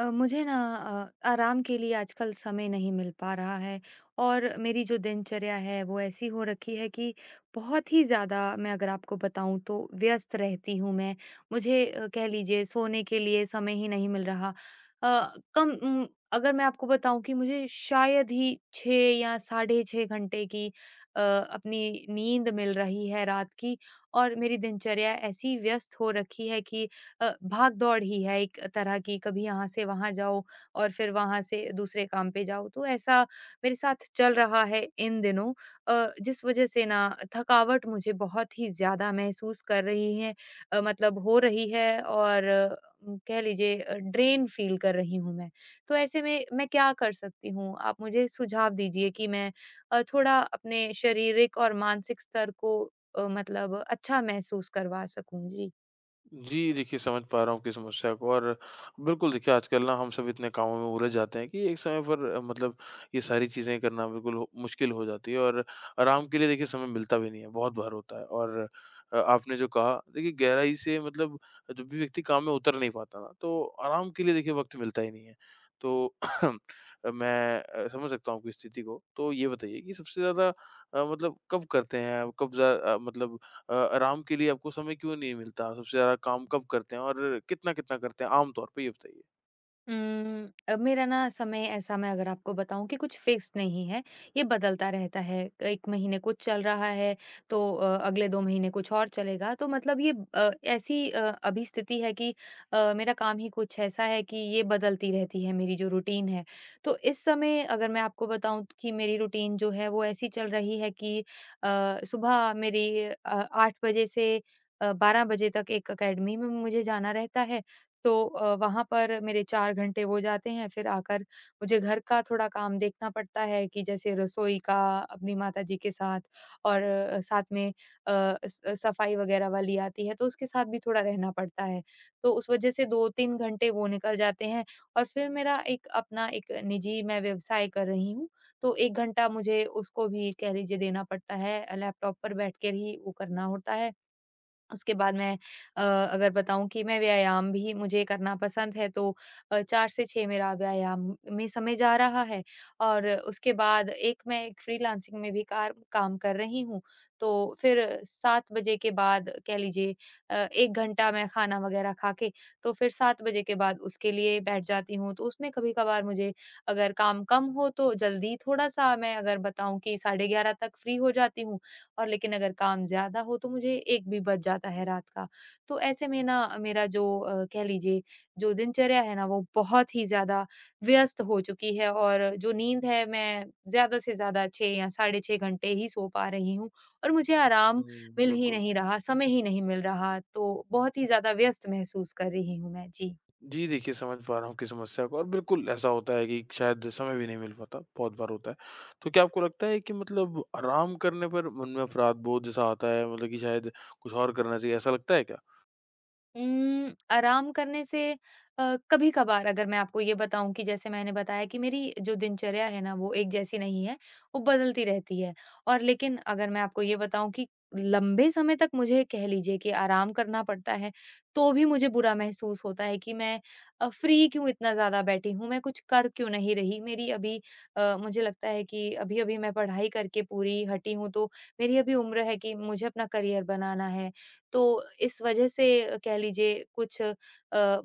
मुझे ना आराम के लिए आजकल समय नहीं मिल पा रहा है और मेरी जो दिनचर्या है वो ऐसी हो रखी है कि बहुत ही ज़्यादा मैं अगर आपको बताऊं तो व्यस्त रहती हूँ मैं। मुझे कह लीजिए सोने के लिए समय ही नहीं मिल रहा। अ, कम उम, अगर मैं आपको बताऊं कि मुझे शायद ही 6 या साढ़े 6 घंटे की अपनी नींद मिल रही है रात की। और मेरी दिनचर्या ऐसी व्यस्त हो रखी है कि भाग-दौड़ ही है एक तरह की, कभी यहाँ से वहाँ जाओ और फिर वहाँ से दूसरे काम पे जाओ। तो ऐसा मेरे साथ चल रहा है इन दिनों, जिस वजह से ना थकावट मुझे बहुत ही ज़्यादा महसूस कर रही है, मतलब हो रही है। और कह लीजिए ड्रेन फ़ील कर रही हूँ मैं। तो ऐसे में मैं क्या कर सकती हूँ? आप मुझे सुझाव दीजिए कि मैं थोड़ा अपने शारीरिक और मानसिक स्तर को मतलब अच्छा महसूस करवा सकूँ। जी। जी, देखिए समझ पा रहा हूँ आपकी समस्या को। और बिल्कुल देखिए आजकल ना हम सब इतने कामों में उलझ जाते हैं कि एक समय पर मतलब ये सारी चीज़ें करना बिल्कुल हो मुश्किल हो जाती है, और आराम के लिए देखिए समय मिलता भी नहीं है, बहुत बार होता है। और आपने जो कहा देखिए गहराई से मतलब, जब भी व्यक्ति काम में उतर नहीं पाता ना, तो आराम के लिए देखिए वक़्त मिलता ही नहीं है। तो मैं समझ सकता हूँ आपकी स्थिति को। तो ये बताइए कि सबसे ज़्यादा मतलब कब करते हैं आप? कब ज़्या अ, मतलब अ, आराम के लिए आपको समय क्यों नहीं मिलता? सबसे ज़्यादा काम कब करते हैं, और कितना-कितना करते हैं आम तौर पे, ये बताइए? मेरा ना समय ऐसा मैं अगर आपको बताऊँ कि कुछ फिक्स नहीं है, ये बदलता रहता है। 1 महीने कुछ चल रहा है, तो अगले 2 महीने कुछ और चलेगा। तो मतलब ये अभी स्थिति है कि मेरा काम ही कुछ ऐसा है कि ये बदलती रहती है मेरी जो रूटीन है। तो इस समय अगर मैं आपको बताऊँ कि मेरी रूटीन जो है वो ऐसी चल रही है कि सुबह मेरी 8 बजे से 12 बजे तक एक अकेडमी में मुझे जाना रहता है। तो वहाँ पर मेरे 4 घंटे हो जाते हैं, फिर आकर मुझे घर का थोड़ा काम देखना पड़ता है कि जैसे रसोई का अपनी माताजी के साथ और साथ में अ, सफाई वगैरह वाली आती है, तो उसके साथ भी थोड़ा रहना पड़ता है। तो उस वज़ह से 2-3 घंटे वो निकल जाते हैं और फिर मेरा एक अपना एक निजी मैं व्यवसाय कर रही हूँ, तो 1 घंटा मुझे उसको भी कह लीजिए देना पड़ता है, लैपटॉप पर बैठ कर ही वो करना होता है। उसके बाद मैं अगर बताऊँ कि मैं व्यायाम भी मुझे करना पसंद है, तो 4 से 6 मेरा व्यायाम में समय जा रहा है और उसके बाद एक मैं एक फ्रीलांसिंग में भी कार काम कर रही हूँ। तो फिर 7 बजे के बाद कह लीजिए 1 घंटा मैं खाना वग़ैरह खा के, तो फिर 7 बजे के बाद उसके लिए बैठ जाती हूँ। तो उसमें कभी-कभार मुझे अगर काम कम हो तो जल्दी थोड़ा-सा मैं अगर बताऊँ कि साढ़े 11 तक फ्री हो जाती हूँ। और लेकिन अगर काम ज़्यादा हो तो मुझे 1 भी बज जाता है रात का। तो ऐसे में ना मेरा जो कह लीजिए जो दिनचर्या है ना वो बहुत ही ज़्यादा व्यस्त हो चुकी है और जो नींद है मैं ज़्यादा से ज़्यादा 6 या साढ़े 6 घंटे ही सो पा रही हूँ और मुझे आराम हुँ। मिल ही बिल्कुल। नहीं रहा, समय ही नहीं मिल रहा। तो बहुत ही ज़्यादा व्यस्त महसूस कर रही हूँ मैं। जी। जी, देखिए समझ पा रहा हूँ आपकी समस्या को। और बिल्कुल ऐसा होता है कि शायद समय भी नहीं मिल पाता, बहुत बार होता है। तो क्या आपको लगता है कि मतलब आराम करने पर मन में अफ़राध-बोध जैसा आता है, मतलब कि शायद कुछ और करना चाहिए, ऐसा लगता है क्या? आराम करने से कभी-कभार अगर मैं आपको ये बताऊँ कि जैसे मैंने बताया कि मेरी जो दिनचर्या है ना, वो एक जैसी नहीं है, वो बदलती रहती है। और लेकिन अगर मैं आपको ये बताऊँ कि लंबे समय तक मुझे कह लीजिए कि आराम करना पड़ता है, तो भी मुझे बुरा महसूस होता है कि मैं फ्री क्यों इतना ज़्यादा बैठी हूँ, मैं कुछ कर क्यों नहीं रही। मुझे लगता है कि अभी-अभी मैं पढ़ाई करके पूरी हटी हूँ, तो मेरी अभी उम्र है कि मुझे अपना करियर बनाना है, तो इस वजह से कह लीजिए कुछ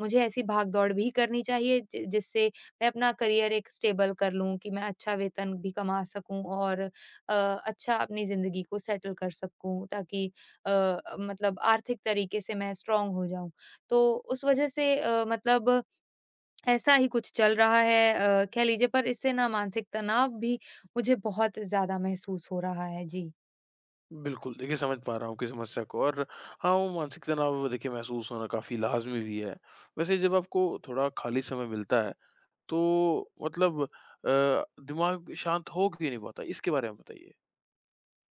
मुझे ऐसी भाग-दौड़ भी करनी चाहिए जि जिससे मैं अपना करियर एक स्टेबल कर लूँ कि मैं अच्छा वेतन भी कमा सकूँ और अच्छा अपनी ज़िंदगी को सेटल कर सकूँ ताकि मतलब आर्थिक तरीके से मैं स्ट्रॉन्ग हो जाऊँ। तो उस वजह से मतलब ऐसा ही कुछ चल रहा है, कह लीजिए, पर इससे ना मानसिक तनाव भी मुझे बहुत ज़्यादा महसूस हो रहा है। जी। बिल्कुल, देखिए समझ पा रहा हूँ आपकी समस्या को। और हाँ, वो मानसिक तनाव देखिए महसूस होना काफ़ी लाज़मी भी है। वैसे जब आपको थोड़ा खाली समय मिलता है, तो मतलब दिमाग शांत हो क्यों नहीं पाता? इसके बारे में बताइए।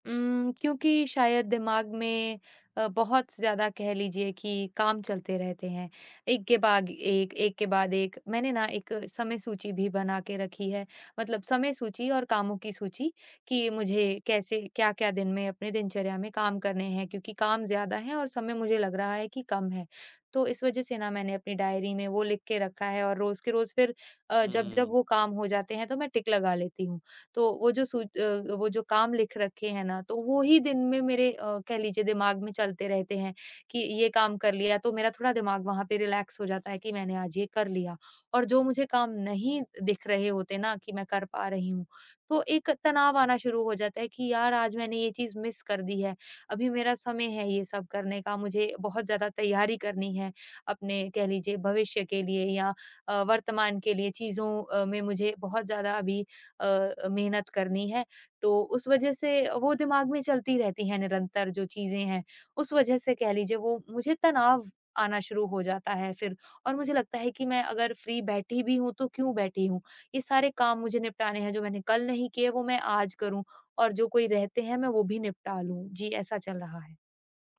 क्योंकि शायद दिमाग में बहुत ज़्यादा कह लीजिए कि काम चलते रहते हैं। एक के बाद एक, एक के बाद एक। मैंने ना एक समय सूची भी बना के रखी है। मतलब समय सूची और कामों की सूची कि मुझे कैसे क्या-क्या दिन में अपने दिनचर्या में काम करने हैं क्योंकि काम ज़्यादा है और समय मुझे लग रहा है कि कम है। तो इस वज़ह से ना मैंने अपनी डायरी में वो लिख के रखा है और रोज़ के रोज़ फिर जब-जब हुँ। वो काम हो जाते हैं तो मैं टिक लगा लेती हूँ। तो वो जो काम लिख रखे हैं ना, तो वो ही दिन में मेरे कह लीजिए दिमाग में चलते रहते हैं कि ये काम कर लिया, तो मेरा थोड़ा दिमाग वहाँ पे रिलैक्स हो जाता है कि मैंने आज ये कर लिया। और जो मुझे काम नहीं दिख रहे होते ना कि मैं कर पा रही हूँ, तो एक तनाव आना शुरू हो जाता है कि यार आज मैंने ये चीज़ मिस कर दी है। अभी मेरा समय है ये सब करने का, मुझे बहुत ज़्यादा तैयारी करनी है अपने कह लीजिए भविष्य के लिए या वर्तमान के लिए चीज़ों में मुझे बहुत ज़्यादा अभी मेहनत करनी है। तो उस वज़ह से वो दिमाग में चलती रहती हैं निरंतर जो चीज़ें हैं, उस वज़ह से कह लीजिए वो मुझे तनाव आना शुरू हो जाता है फिर और मुझे लगता है कि मैं अगर फ्री बैठी भी हूँ, तो क्यों बैठी हूँ? ये सारे काम मुझे निपटाने हैं, जो मैंने कल नहीं किए वो मैं आज करूँ और जो कोई रहते हैं मैं वो भी निपटा लूँ। जी, ऐसा चल रहा है।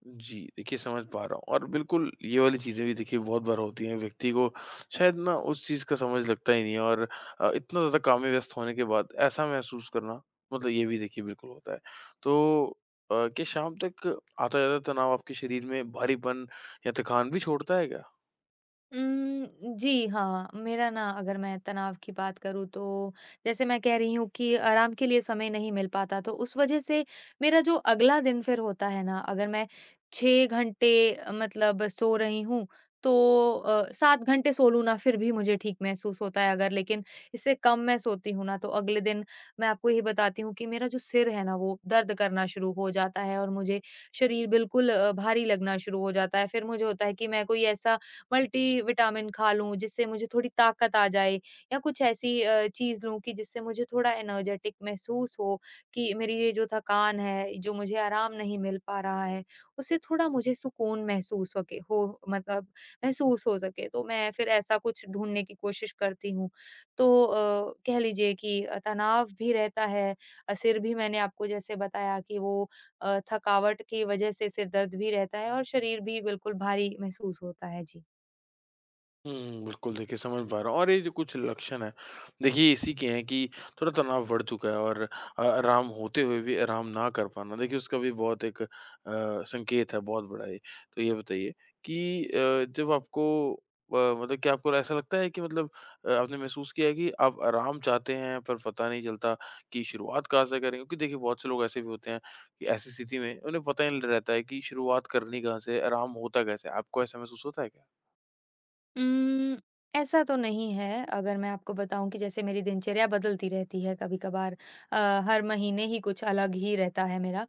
जी, देखिए समझ पा रहा हूँ। और बिल्कुल ये वाली चीज़ें भी देखिए बहुत बार होती हैं, व्यक्ति को शायद ना उस चीज़ का समझ लगता ही नहीं है, और इतना ज़्यादा काम में व्यस्त होने के बाद ऐसा महसूस करना, मतलब ये भी देखिए बिल्कुल होता है। तो क्या शाम तक आता-जाता तनाव आपके शरीर में भारीपन या थकान भी छोड़ता है क्या? जी हाँ, मेरा ना अगर मैं तनाव की बात करूँ तो जैसे मैं कह रही हूँ कि आराम के लिए समय नहीं मिल पाता, तो उस वज़ह से मेरा जो अगला दिन फिर होता है ना अगर मैं 6 घंटे मतलब सो रही हूँ तो 7 घंटे सो लूँ ना फिर भी मुझे ठीक महसूस होता है, अगर लेकिन इससे कम मैं सोती हूँ ना तो अगले दिन मैं आपको ये बताती हूँ कि मेरा जो सिर है ना वो दर्द करना शुरू हो जाता है और मुझे शरीर बिल्कुल भारी लगना शुरू हो जाता है। फिर मुझे होता है कि मैं कोई ऐसा मल्टीविटामिन खा लूँ जिससे मुझे थोड़ी ताकत आ जाए या कुछ ऐसी चीज़ लूँ कि जिससे मुझे थोड़ा एनर्जेटिक महसूस हो कि मेरी ये जो थकान है, जो मुझे आराम नहीं मिल पा रहा है, उससे थोड़ा मुझे सुकून महसूस होके हो मतलब महसूस हो सके। तो मैं फिर ऐसा कुछ ढूँढने की कोशिश करती हूँ। तो कह लीजिए कि तनाव भी रहता है, सिर भी मैंने आपको जैसे बताया कि वो थकावट की वज़ह से सिर दर्द भी रहता है और शरीर भी बिल्कुल भारी महसूस होता है। जी। हुँ, बिल्कुल देखिए समझ पा रहा हूँ। और ये जो कुछ लक्षण हैं, देखिए इसी के हैं कि थोड़ा तनाव बढ़ चुका है, और आराम होते हुए भी आराम ना कर पाना देखिए उसका भी बहुत एक संकेत है, बहुत बड़ा ये। तो ये बताइए कि जब आपको अ, मतलब क्या आपको ऐसा लगता है कि मतलब आपने महसूस किया है कि आप आराम चाहते हैं, पर पता नहीं चलता कि शुरुआत कहाँ से करें? क्योंकि देखिए बहुत से लोग ऐसे भी होते हैं कि ऐसी स्थिति में उन्हें पता ही नहीं रहता है कि शुरुआत करनी कहाँ से है, आराम होता कैसे है? आपको ऐसा महसूस होता है क्या? उम्म, ऐसा तो नहीं है, अगर मैं आपको बताऊँ कि जैसे मेरी दिनचर्या बदलती रहती है कभी-कभार अ, हर महीने ही कुछ अलग ही रहता है मेरा।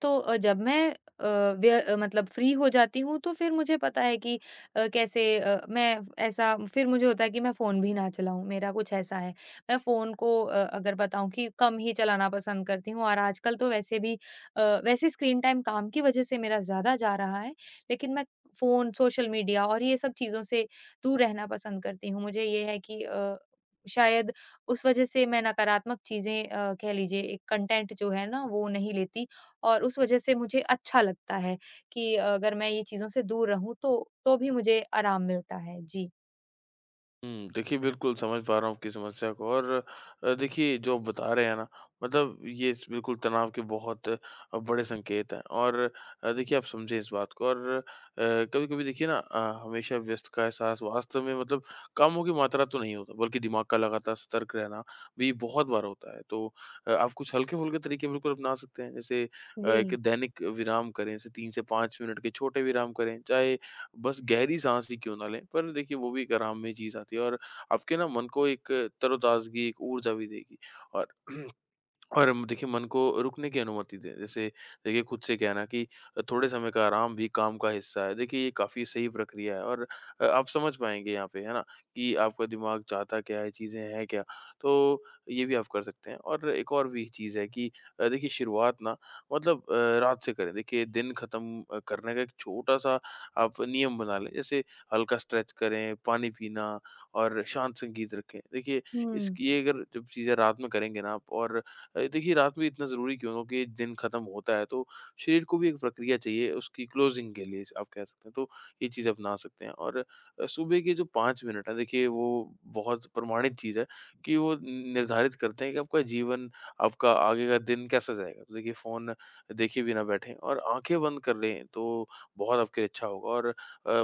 तो जब मैं मतलब फ्री हो जाती हूँ तो फिर मुझे पता है कि कैसे मैं ऐसा फिर मुझे होता है कि मैं फ़ोन भी ना चलाऊँ, मेरा कुछ ऐसा है। मैं फ़ोन को अगर बताऊँ कि कम ही चलाना पसंद करती हूँ और आजकल तो वैसे भी वैसे स्क्रीन टाइम काम की वजह से मेरा ज़्यादा जा रहा है, लेकिन मैं फ़ोन, सोशल मीडिया और ये सब चीज़ों से दूर रहना पसंद करती हूँ। मुझे ये है कि शायद उस वज़ह से मैं नकारात्मक चीज़ें कह लीजिए एक कंटेंट जो है ना वो नहीं लेती और उस वज़ह से मुझे अच्छा लगता है कि अगर मैं ये चीज़ों से दूर रहूँ तो भी मुझे आराम मिलता है। जी। हुँ, देखिए बिल्कुल समझ पा रहा हूँ आपकी समस्या को। और देखिए जो आप बता रहे हैं ना, मतलब ये स बिल्कुल तनाव के बहुत बड़े संकेत हैं, और देखिए आप समझें इस बात को, और कभी-कभी देखिए ना, हमेशा व्यस्त का एहसास वास्तव में मतलब कामों की मात्रा तो नहीं होता, बल्कि दिमाग का लगातार सतर्क रहना भी बहुत बार होता है। तो आप कुछ हल्के-फुल्के तरीके बिल्कुल अपना सकते हैं, जैसे एक जी। दैनिक विराम करें। जैसे 3 से 5 मिनट के छोटे विराम करें, चाहे बस गहरी साँस ही क्यों ना लें, पर देखिए वो भी एक आराम में चीज़ आती है, और आपके ना मन को एक तरोताज़गी, एक ऊर्जा भी देगी। और और म देखिए मन को रुकने की अनुमति दें। जैसे देखिए खुद से कहना कि थोड़े समय का आराम भी काम का हिस्सा है। देखिए ये काफ़ी सही प्रक्रिया है, और आप समझ पाएँगे यहाँ पे, है ना? कि आपका दिमाग चाहता क्या है, चीज़ें हैं क्या? तो ये भी आप कर सकते हैं, और एक और भी चीज़ है कि देखिए शुरुआत ना, मतलब रात से करें। देखिए दिन ख़त्म करने का एक छोटा-सा आप नियम बना लें। जैसे हल्का स्ट्रेच करें, पानी पीना, और शांत संगीत रखें। देखिए हुँ। इसकी ये अगर जब चीज़ें रात में करेंगे ना आप, और देखिए रात में इतना ज़रूरी क्यों हो कि दिन ख़त्म होता है, तो शरीर को भी एक प्रक्रिया चाहिए उसकी क्लोजिंग के लिए, आप कह सकते हैं। तो ये चीज़ अपना सकते हैं, और सुबह के जो 5 मिनट हैं, देखिए वो बहुत प्रमाणित चीज़ है कि वो निर्धारित करते हैं कि आपका जीवन, आपका आगे का दिन कैसा जाएगा। तो देखिए फ़ोन देखे बिना बैठें और आँखें बंद कर लें, तो बहुत आपके लिए अच्छा होगा। और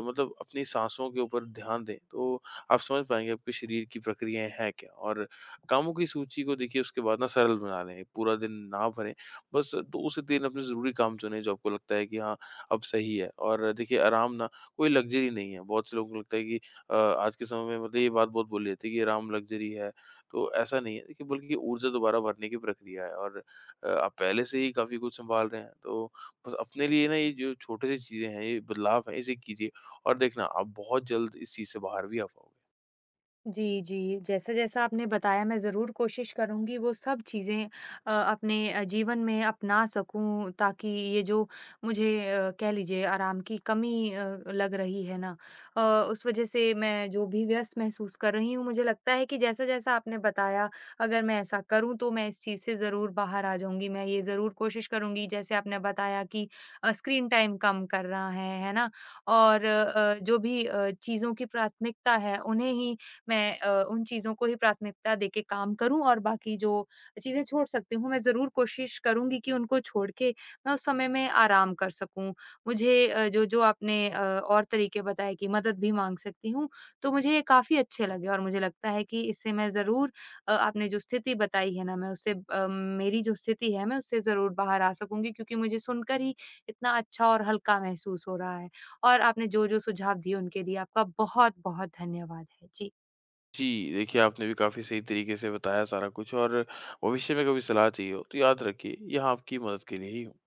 मतलब अपनी साँसों के ऊपर ध्यान दें, तो आप समझ पाएँगे आपके शरीर की प्रक्रियाएँ हैं क्या, और कामों की सूची को देखिए उसके बाद ना सरल बना लें, पूरा दिन ना भरें, बस 2 से 3 अपने ज़रूरी काम चुनें, जो आपको लगता है कि हाँ, अब सही है। और देखिए आराम ना कोई लग्ज़री नहीं है, बहुत से लोगों को लगता है कि आज के समय में मतलब ये बात बहुत बोली जाती है कि आराम लग्ज़री है, तो ऐसा नहीं है देखिए, बल्कि ऊर्जा दोबारा भरने की प्रक्रिया है। और आप पहले से ही काफ़ी कुछ सँभाल रहे हैं, तो बस अपने लिए ना ये जो छोटे-से चीज़ें हैं, ये बदलाव हैं, इसे कीजिए, और देखना आप बहुत जल्द इस चीज़ से बाहर भी आ पाओगे। जी, जी। जैसा-जैसा आपने बताया मैं ज़रूर कोशिश करूँगी वो सब चीज़ें अपने जीवन में अपना सकूँ ताकि ये जो मुझे कह लीजिए आराम की कमी लग रही है ना, अ, उस वज़ह से मैं जो भी व्यस्त महसूस कर रही हूँ, मुझे लगता है कि जैसा-जैसा आपने बताया अगर मैं ऐसा करूँ तो मैं इस चीज़ से ज़रूर बाहर आ जाऊँगी। मैं ये ज़रूर कोशिश करूँगी जैसे आपने बताया कि स्क्रीन टाइम कम करना है ना? और जो भी चीज़ों की प्राथमिकता है उन्हें ही मैं उन चीज़ों को ही प्राथमिकता देके काम करूँ और बाकी जो चीज़ें छोड़ सकती हूँ, मैं ज़रूर कोशिश करूँगी कि उनको छोड़ के मैं उस समय में आराम कर सकूँ। मुझे जो-जो आपने और तरीके बताए कि मदद भी माँग सकती हूँ, तो मुझे ये काफ़ी अच्छे लगे और मुझे लगता है कि इससे मैं ज़रूर आपने जो स्थिति बताई है ना, मैं उससे मेरी जो स्थिति है, मैं उससे ज़रूर बाहर आ सकूँगी क्योंकि मुझे सुनकर ही इतना अच्छा और हल्का महसूस हो रहा है। और आपने जो-जो सुझाव दिए, उनके लिए आपका बहुत-बहुत धन्यवाद है। जी। जी, देखिए आपने भी काफ़ी सही तरीके से बताया सारा कुछ। और भविष्य में कभी सलाह चाहिए हो तो याद रखिए, यहाँ आपकी मदद के लिए ही हूँ।